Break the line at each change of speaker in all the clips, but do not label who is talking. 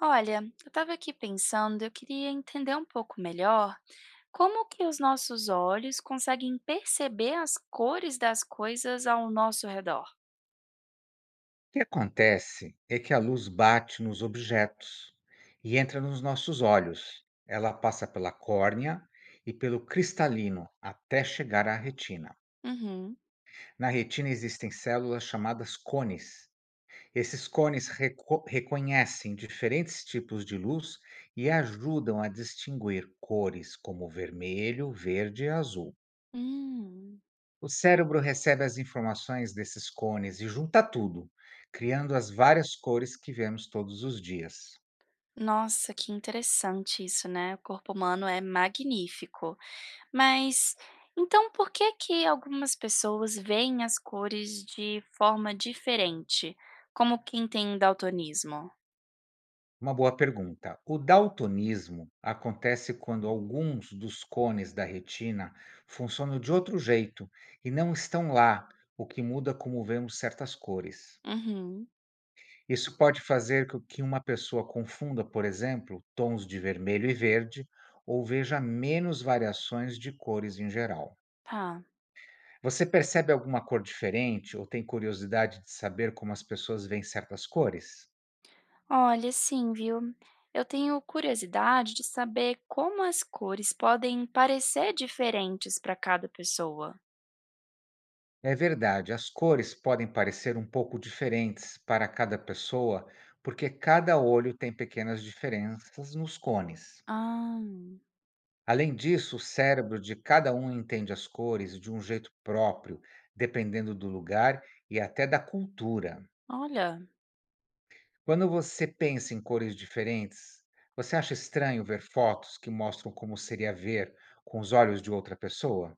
Olha, eu estava aqui pensando, eu queria entender um pouco melhor como que os nossos olhos conseguem perceber as cores das coisas ao nosso redor.
O que acontece é que a luz bate nos objetos e entra nos nossos olhos. Ela passa pela córnea e pelo cristalino até chegar à retina.
Uhum.
Na retina existem células chamadas cones. Esses cones reconhecem diferentes tipos de luz e ajudam a distinguir cores como vermelho, verde e azul.
Hum.
O cérebro recebe as informações desses cones e junta tudo, criando as várias cores que vemos todos os dias.
Nossa, que interessante isso, né? O corpo humano é magnífico. Mas então por que que algumas pessoas veem as cores de forma diferente, como quem tem daltonismo?
Uma boa pergunta. O daltonismo acontece quando alguns dos cones da retina funcionam de outro jeito e não estão lá, o que muda como vemos certas cores.
Uhum.
Isso pode fazer com que uma pessoa confunda, por exemplo, tons de vermelho e verde, ou veja menos variações de cores em geral.
Tá.
Você percebe alguma cor diferente ou tem curiosidade de saber como as pessoas veem certas cores?
Olha, sim, viu? Eu tenho curiosidade de saber como as cores podem parecer diferentes para cada pessoa.
É verdade, as cores podem parecer um pouco diferentes para cada pessoa, porque cada olho tem pequenas diferenças nos cones.
Ah,
Além disso, o cérebro de cada um entende as cores de um jeito próprio, dependendo do lugar e até da cultura.
olha,
Quando você pensa em cores diferentes, você acha estranho ver fotos que mostram como seria ver com os olhos de outra pessoa?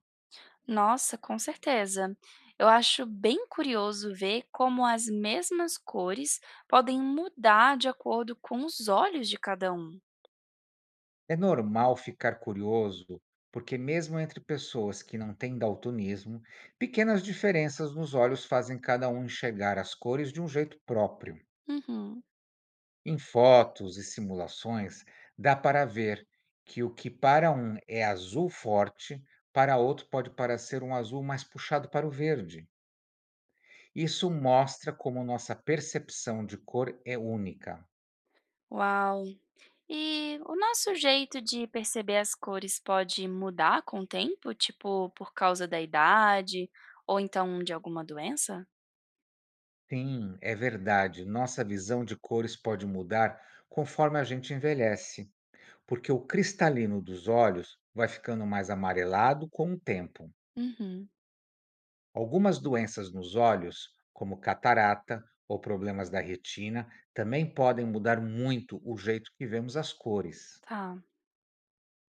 nossa, com certeza. Eu acho bem curioso ver como as mesmas cores podem mudar de acordo com os olhos de cada um.
É normal ficar curioso, porque mesmo entre pessoas que não têm daltonismo, pequenas diferenças nos olhos fazem cada um enxergar as cores de um jeito próprio.
Uhum.
Em fotos e simulações, dá para ver que o que para um é azul forte, para outro pode parecer um azul mais puxado para o verde. Isso mostra como nossa percepção de cor é única.
Uau! E o nosso jeito de perceber as cores pode mudar com o tempo, tipo, por causa da idade ou então de alguma doença?
Sim, é verdade. Nossa visão de cores pode mudar conforme a gente envelhece, porque o cristalino dos olhos vai ficando mais amarelado com o tempo.
Uhum,
Algumas doenças nos olhos, como catarata ou problemas da retina, também podem mudar muito o jeito que vemos as cores.
tá.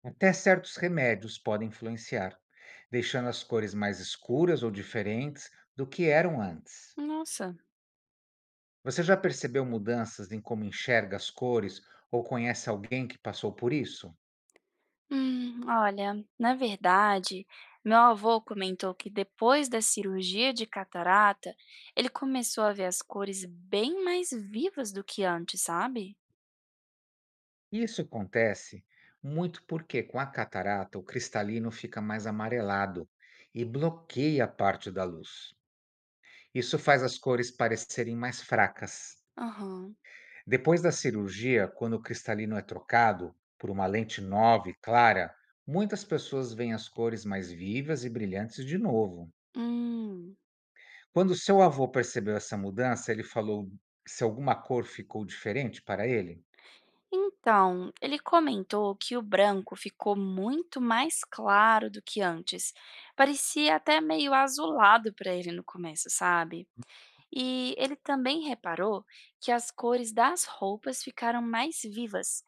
Até certos remédios podem influenciar, deixando as cores mais escuras ou diferentes do que eram antes.
Nossa.
Você já percebeu mudanças em como enxerga as cores ou conhece alguém que passou por isso?
Olha, na verdade, meu avô comentou que depois da cirurgia de catarata, ele começou a ver as cores bem mais vivas do que antes, sabe?
Isso acontece muito porque com a catarata o cristalino fica mais amarelado e bloqueia parte da luz. Isso faz as cores parecerem mais fracas.
Aham.
Depois da cirurgia, quando o cristalino é trocado por uma lente nova e clara, muitas pessoas veem as cores mais vivas e brilhantes de novo.
Hum.
Quando seu avô percebeu essa mudança, ele falou se alguma cor ficou diferente para ele?
Então, ele comentou que o branco ficou muito mais claro do que antes. Parecia até meio azulado para ele no começo, sabe? E ele também reparou que as cores das roupas ficaram mais vivas,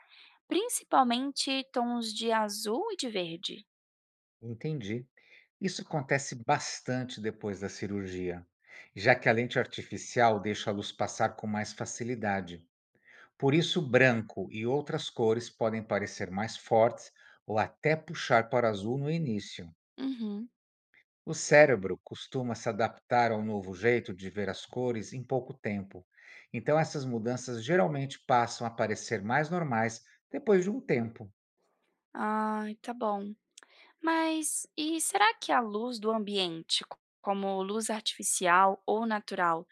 principalmente tons de azul e de verde.
Entendi. Isso acontece bastante depois da cirurgia, já que a lente artificial deixa a luz passar com mais facilidade. Por isso, branco e outras cores podem parecer mais fortes ou até puxar para azul no início.
Uhum.
O cérebro costuma se adaptar ao novo jeito de ver as cores em pouco tempo, então essas mudanças geralmente passam a parecer mais normais depois de um tempo.
Ai, tá bom. Mas e será que a luz do ambiente, como luz artificial ou natural,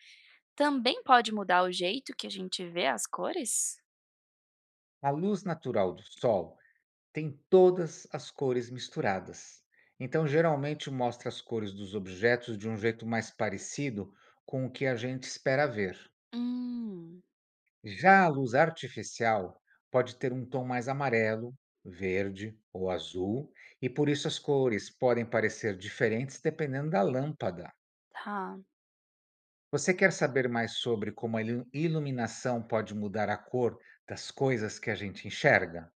também pode mudar o jeito que a gente vê as cores?
A luz natural do sol tem todas as cores misturadas, então geralmente mostra as cores dos objetos de um jeito mais parecido com o que a gente espera ver.
Hum.
Já a luz artificial pode ter um tom mais amarelo, verde ou azul, e por isso as cores podem parecer diferentes dependendo da lâmpada.
Tá.
Você quer saber mais sobre como a iluminação pode mudar a cor das coisas que a gente enxerga?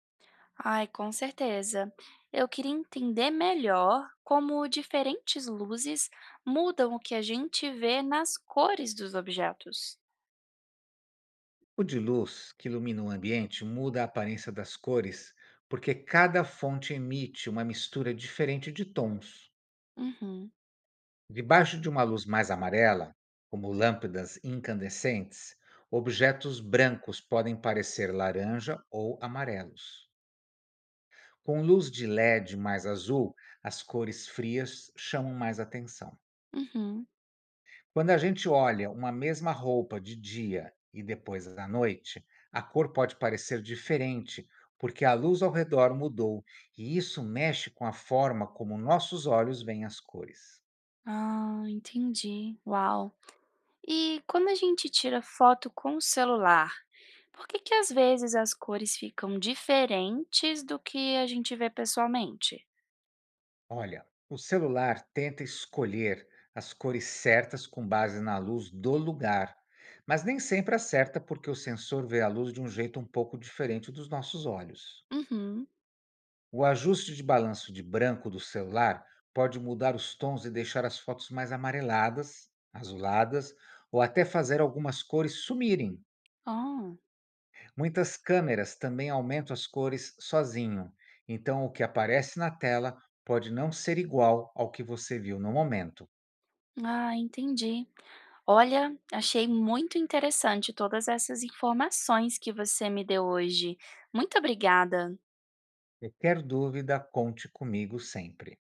Ai, com certeza. Eu queria entender melhor como diferentes luzes mudam o que a gente vê nas cores dos objetos.
O de luz que ilumina o ambiente muda a aparência das cores porque cada fonte emite uma mistura diferente de tons.
Uhum.
Debaixo de uma luz mais amarela, como lâmpadas incandescentes, objetos brancos podem parecer laranja ou amarelos. Com luz de LED mais azul, as cores frias chamam mais atenção.
Uhum.
Quando a gente olha uma mesma roupa de dia e depois à noite, a cor pode parecer diferente, porque a luz ao redor mudou, e isso mexe com a forma como nossos olhos veem as cores.
Ah, entendi. Uau. E quando a gente tira foto com o celular, por que que às vezes as cores ficam diferentes do que a gente vê pessoalmente?
Olha, o celular tenta escolher as cores certas com base na luz do lugar, mas nem sempre acerta porque o sensor vê a luz de um jeito um pouco diferente dos nossos olhos.
Uhum.
O ajuste de balanço de branco do celular pode mudar os tons e deixar as fotos mais amareladas, azuladas ou até fazer algumas cores sumirem.
Ah.
Muitas câmeras também aumentam as cores sozinho, então o que aparece na tela pode não ser igual ao que você viu no momento.
Ah, entendi. Olha, achei muito interessante todas essas informações que você me deu hoje. Muito obrigada.
Qualquer dúvida, conte comigo sempre.